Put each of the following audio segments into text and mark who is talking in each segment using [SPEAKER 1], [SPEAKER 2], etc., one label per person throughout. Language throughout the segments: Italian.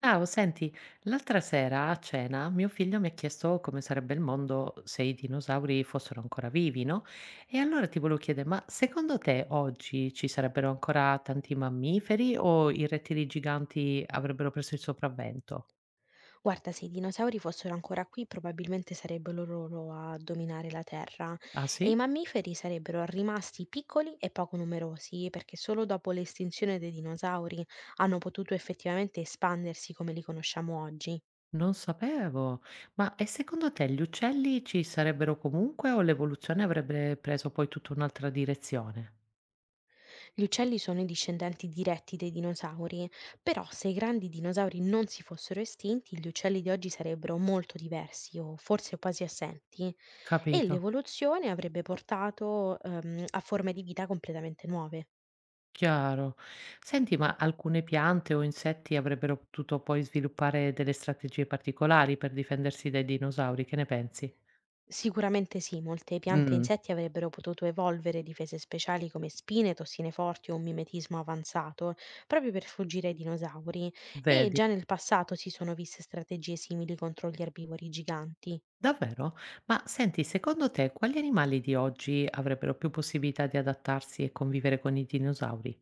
[SPEAKER 1] Ciao, senti, l'altra sera a cena mio figlio mi ha chiesto come sarebbe il mondo se i dinosauri fossero ancora vivi, no? E allora ti volevo chiedere, ma secondo te oggi ci sarebbero ancora tanti mammiferi o i rettili giganti avrebbero preso il sopravvento?
[SPEAKER 2] Guarda, se i dinosauri fossero ancora qui, probabilmente sarebbero loro a dominare la Terra
[SPEAKER 1] Ah
[SPEAKER 2] e i
[SPEAKER 1] sì?
[SPEAKER 2] mammiferi sarebbero rimasti piccoli e poco numerosi, perché solo dopo l'estinzione dei dinosauri hanno potuto effettivamente espandersi come li conosciamo oggi.
[SPEAKER 1] Non sapevo. Ma e secondo te gli uccelli ci sarebbero comunque o l'evoluzione avrebbe preso poi tutta un'altra direzione?
[SPEAKER 2] Gli uccelli sono i discendenti diretti dei dinosauri, però se i grandi dinosauri non si fossero estinti, gli uccelli di oggi sarebbero molto diversi o forse quasi assenti e
[SPEAKER 1] Capito?
[SPEAKER 2] l'evoluzione avrebbe portato a forme di vita completamente nuove.
[SPEAKER 1] Chiaro. Senti, ma alcune piante o insetti avrebbero potuto poi sviluppare delle strategie particolari per difendersi dai dinosauri, che ne pensi?
[SPEAKER 2] Sicuramente sì, molte piante e
[SPEAKER 1] Mm.
[SPEAKER 2] insetti avrebbero potuto evolvere difese speciali come spine, tossine forti o un mimetismo avanzato, proprio per fuggire ai dinosauri, e
[SPEAKER 1] Vedi?
[SPEAKER 2] già nel passato si sono viste strategie simili contro gli erbivori giganti.
[SPEAKER 1] Davvero? Ma senti, secondo te quali animali di oggi avrebbero più possibilità di adattarsi e convivere con i dinosauri?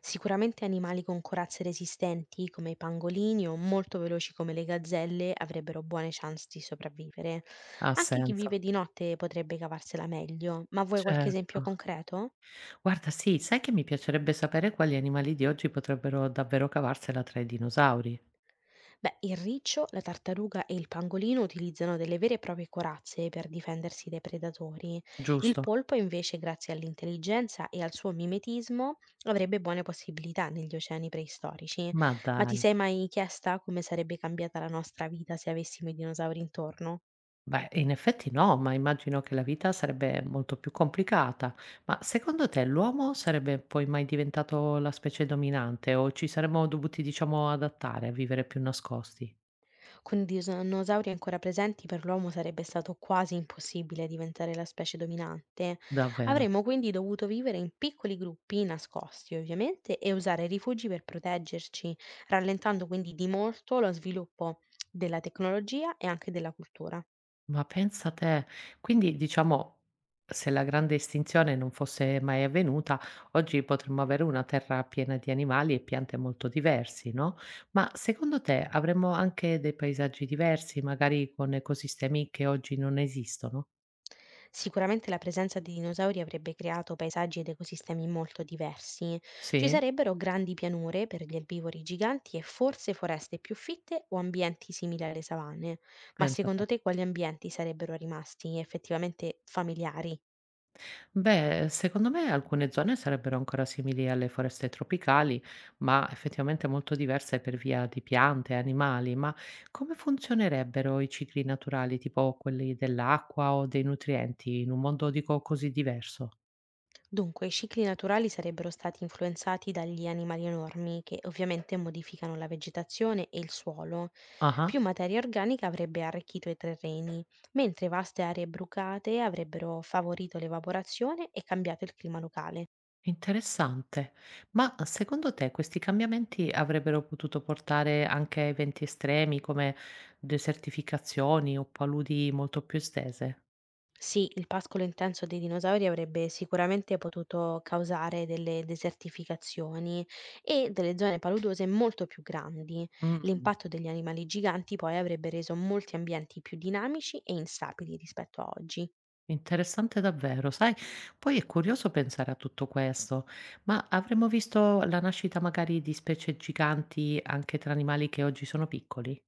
[SPEAKER 2] Sicuramente animali con corazze resistenti, come i pangolini o molto veloci come le gazzelle, avrebbero buone chance di sopravvivere.
[SPEAKER 1] Ha
[SPEAKER 2] Anche chi vive
[SPEAKER 1] senso.
[SPEAKER 2] di notte potrebbe cavarsela meglio, ma vuoi qualche esempio
[SPEAKER 1] Certo.
[SPEAKER 2] concreto?
[SPEAKER 1] Guarda, sì, sai che mi piacerebbe sapere quali animali di oggi potrebbero davvero cavarsela tra i dinosauri,
[SPEAKER 2] Beh, il riccio, la tartaruga e il pangolino utilizzano delle vere e proprie corazze per difendersi dai predatori. Il
[SPEAKER 1] giusto?
[SPEAKER 2] polpo, invece, grazie all'intelligenza e al suo mimetismo, avrebbe buone possibilità negli oceani preistorici.
[SPEAKER 1] Ma
[SPEAKER 2] Ma ti
[SPEAKER 1] dai.
[SPEAKER 2] sei mai chiesta come sarebbe cambiata la nostra vita se avessimo i dinosauri intorno?
[SPEAKER 1] Beh, in effetti no, ma immagino che la vita sarebbe molto più complicata. Ma secondo te l'uomo sarebbe poi mai diventato la specie dominante o ci saremmo dovuti, diciamo, adattare a vivere più nascosti?
[SPEAKER 2] Con dinosauri ancora presenti per l'uomo sarebbe stato quasi impossibile diventare la specie dominante.
[SPEAKER 1] Davvero?
[SPEAKER 2] Avremmo quindi dovuto vivere in piccoli gruppi nascosti, ovviamente, e usare rifugi per proteggerci, rallentando quindi di molto lo sviluppo della tecnologia e anche della cultura.
[SPEAKER 1] Ma pensa te, quindi diciamo, se la grande estinzione non fosse mai avvenuta, oggi potremmo avere una terra piena di animali e piante molto diversi, no? Ma secondo te avremmo anche dei paesaggi diversi, magari con ecosistemi che oggi non esistono?
[SPEAKER 2] Sicuramente la presenza di dinosauri avrebbe creato paesaggi ed ecosistemi molto diversi. Ci
[SPEAKER 1] Sì?
[SPEAKER 2] sarebbero grandi pianure per gli erbivori giganti e forse foreste più fitte o ambienti simili alle savane. Ma
[SPEAKER 1] Pensa
[SPEAKER 2] secondo
[SPEAKER 1] te.
[SPEAKER 2] te quali ambienti sarebbero rimasti effettivamente familiari?
[SPEAKER 1] Beh, secondo me alcune zone sarebbero ancora simili alle foreste tropicali, ma effettivamente molto diverse per via di piante, e animali. Ma come funzionerebbero i cicli naturali, tipo quelli dell'acqua o dei nutrienti, in un mondo, dico, così diverso?
[SPEAKER 2] Dunque, i cicli naturali sarebbero stati influenzati dagli animali enormi, che ovviamente modificano la vegetazione e il suolo. Più
[SPEAKER 1] Ah,
[SPEAKER 2] materia organica avrebbe arricchito i terreni, mentre vaste aree brucate avrebbero favorito l'evaporazione e cambiato il clima locale.
[SPEAKER 1] interessante. Ma secondo te questi cambiamenti avrebbero potuto portare anche a eventi estremi come desertificazioni o paludi molto più estese?
[SPEAKER 2] Sì, il pascolo intenso dei dinosauri avrebbe sicuramente potuto causare delle desertificazioni e delle zone paludose molto più grandi.
[SPEAKER 1] Mm.
[SPEAKER 2] L'impatto degli animali giganti poi avrebbe reso molti ambienti più dinamici e instabili rispetto a oggi.
[SPEAKER 1] Interessante davvero, sai, poi è curioso pensare a tutto questo, ma avremmo visto la nascita magari di specie giganti anche tra animali che oggi sono piccoli?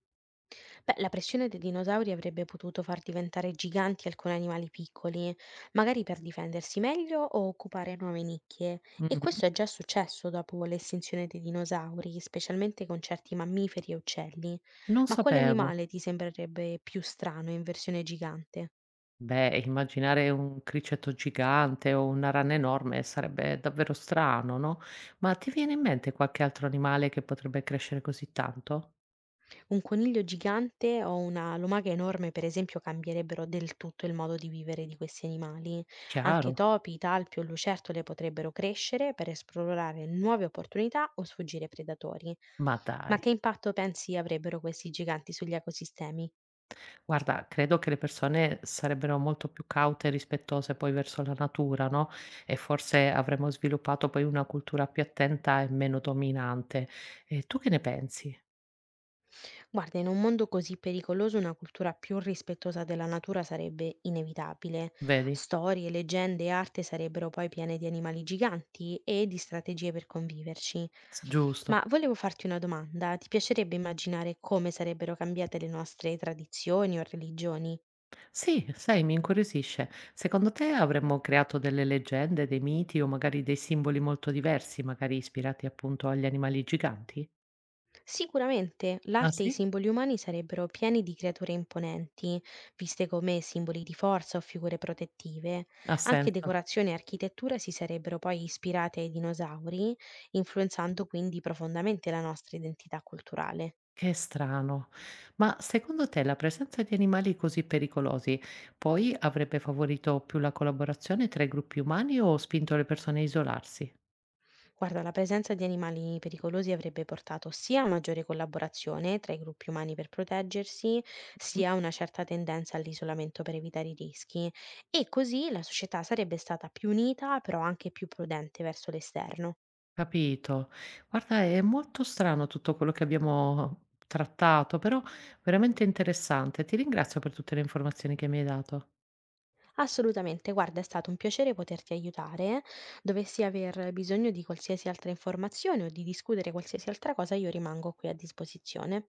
[SPEAKER 2] Beh, la pressione dei dinosauri avrebbe potuto far diventare giganti alcuni animali piccoli, magari per difendersi meglio o occupare nuove nicchie. E
[SPEAKER 1] Mhm.
[SPEAKER 2] questo è già successo dopo l'estinzione dei dinosauri, specialmente con certi mammiferi e uccelli.
[SPEAKER 1] Non
[SPEAKER 2] Ma quale
[SPEAKER 1] sapevo.
[SPEAKER 2] animale ti sembrerebbe più strano in versione gigante?
[SPEAKER 1] Beh, immaginare un criceto gigante o una rana enorme sarebbe davvero strano, no? Ma ti viene in mente qualche altro animale che potrebbe crescere così tanto?
[SPEAKER 2] Un coniglio gigante o una lumaca enorme, per esempio, cambierebbero del tutto il modo di vivere di questi animali. Anche
[SPEAKER 1] Chiaro?
[SPEAKER 2] topi, talpi o lucertole potrebbero crescere per esplorare nuove opportunità o sfuggire ai predatori.
[SPEAKER 1] Ma
[SPEAKER 2] Ma
[SPEAKER 1] dai.
[SPEAKER 2] che impatto pensi avrebbero questi giganti sugli ecosistemi?
[SPEAKER 1] Guarda, credo che le persone sarebbero molto più caute e rispettose poi verso la natura, no, e forse avremmo sviluppato poi una cultura più attenta e meno dominante. E tu che ne pensi?
[SPEAKER 2] Guarda, in un mondo così pericoloso una cultura più rispettosa della natura sarebbe inevitabile.
[SPEAKER 1] Vedi?
[SPEAKER 2] Storie, leggende e arte sarebbero poi piene di animali giganti e di strategie per conviverci.
[SPEAKER 1] S
[SPEAKER 2] Ma
[SPEAKER 1] giusto.
[SPEAKER 2] volevo farti una domanda, ti piacerebbe immaginare come sarebbero cambiate le nostre tradizioni o religioni?
[SPEAKER 1] Sì, sai, mi incuriosisce. Secondo te avremmo creato delle leggende, dei miti o magari dei simboli molto diversi, magari ispirati appunto agli animali giganti?
[SPEAKER 2] Sicuramente
[SPEAKER 1] Ah
[SPEAKER 2] l'arte e i
[SPEAKER 1] sì?
[SPEAKER 2] simboli umani sarebbero pieni di creature imponenti, viste come simboli di forza o figure protettive.
[SPEAKER 1] Ha
[SPEAKER 2] Anche
[SPEAKER 1] senso.
[SPEAKER 2] decorazione e architettura si sarebbero poi ispirate ai dinosauri, influenzando quindi profondamente la nostra identità culturale.
[SPEAKER 1] Che strano. Ma secondo te la presenza di animali così pericolosi poi avrebbe favorito più la collaborazione tra i gruppi umani o spinto le persone a isolarsi?
[SPEAKER 2] Guarda, la presenza di animali pericolosi avrebbe portato sia a maggiore collaborazione tra i gruppi umani per proteggersi,
[SPEAKER 1] Mm.
[SPEAKER 2] sia a una certa tendenza all'isolamento per evitare i rischi e così la società sarebbe stata più unita, però anche più prudente verso l'esterno.
[SPEAKER 1] Capito. Guarda, è molto strano tutto quello che abbiamo trattato, però veramente interessante. Ti ringrazio per tutte le informazioni che mi hai dato.
[SPEAKER 2] Assolutamente, guarda, è stato un piacere poterti aiutare. Dovessi aver bisogno di qualsiasi altra informazione o di discutere qualsiasi altra cosa, io rimango qui a disposizione.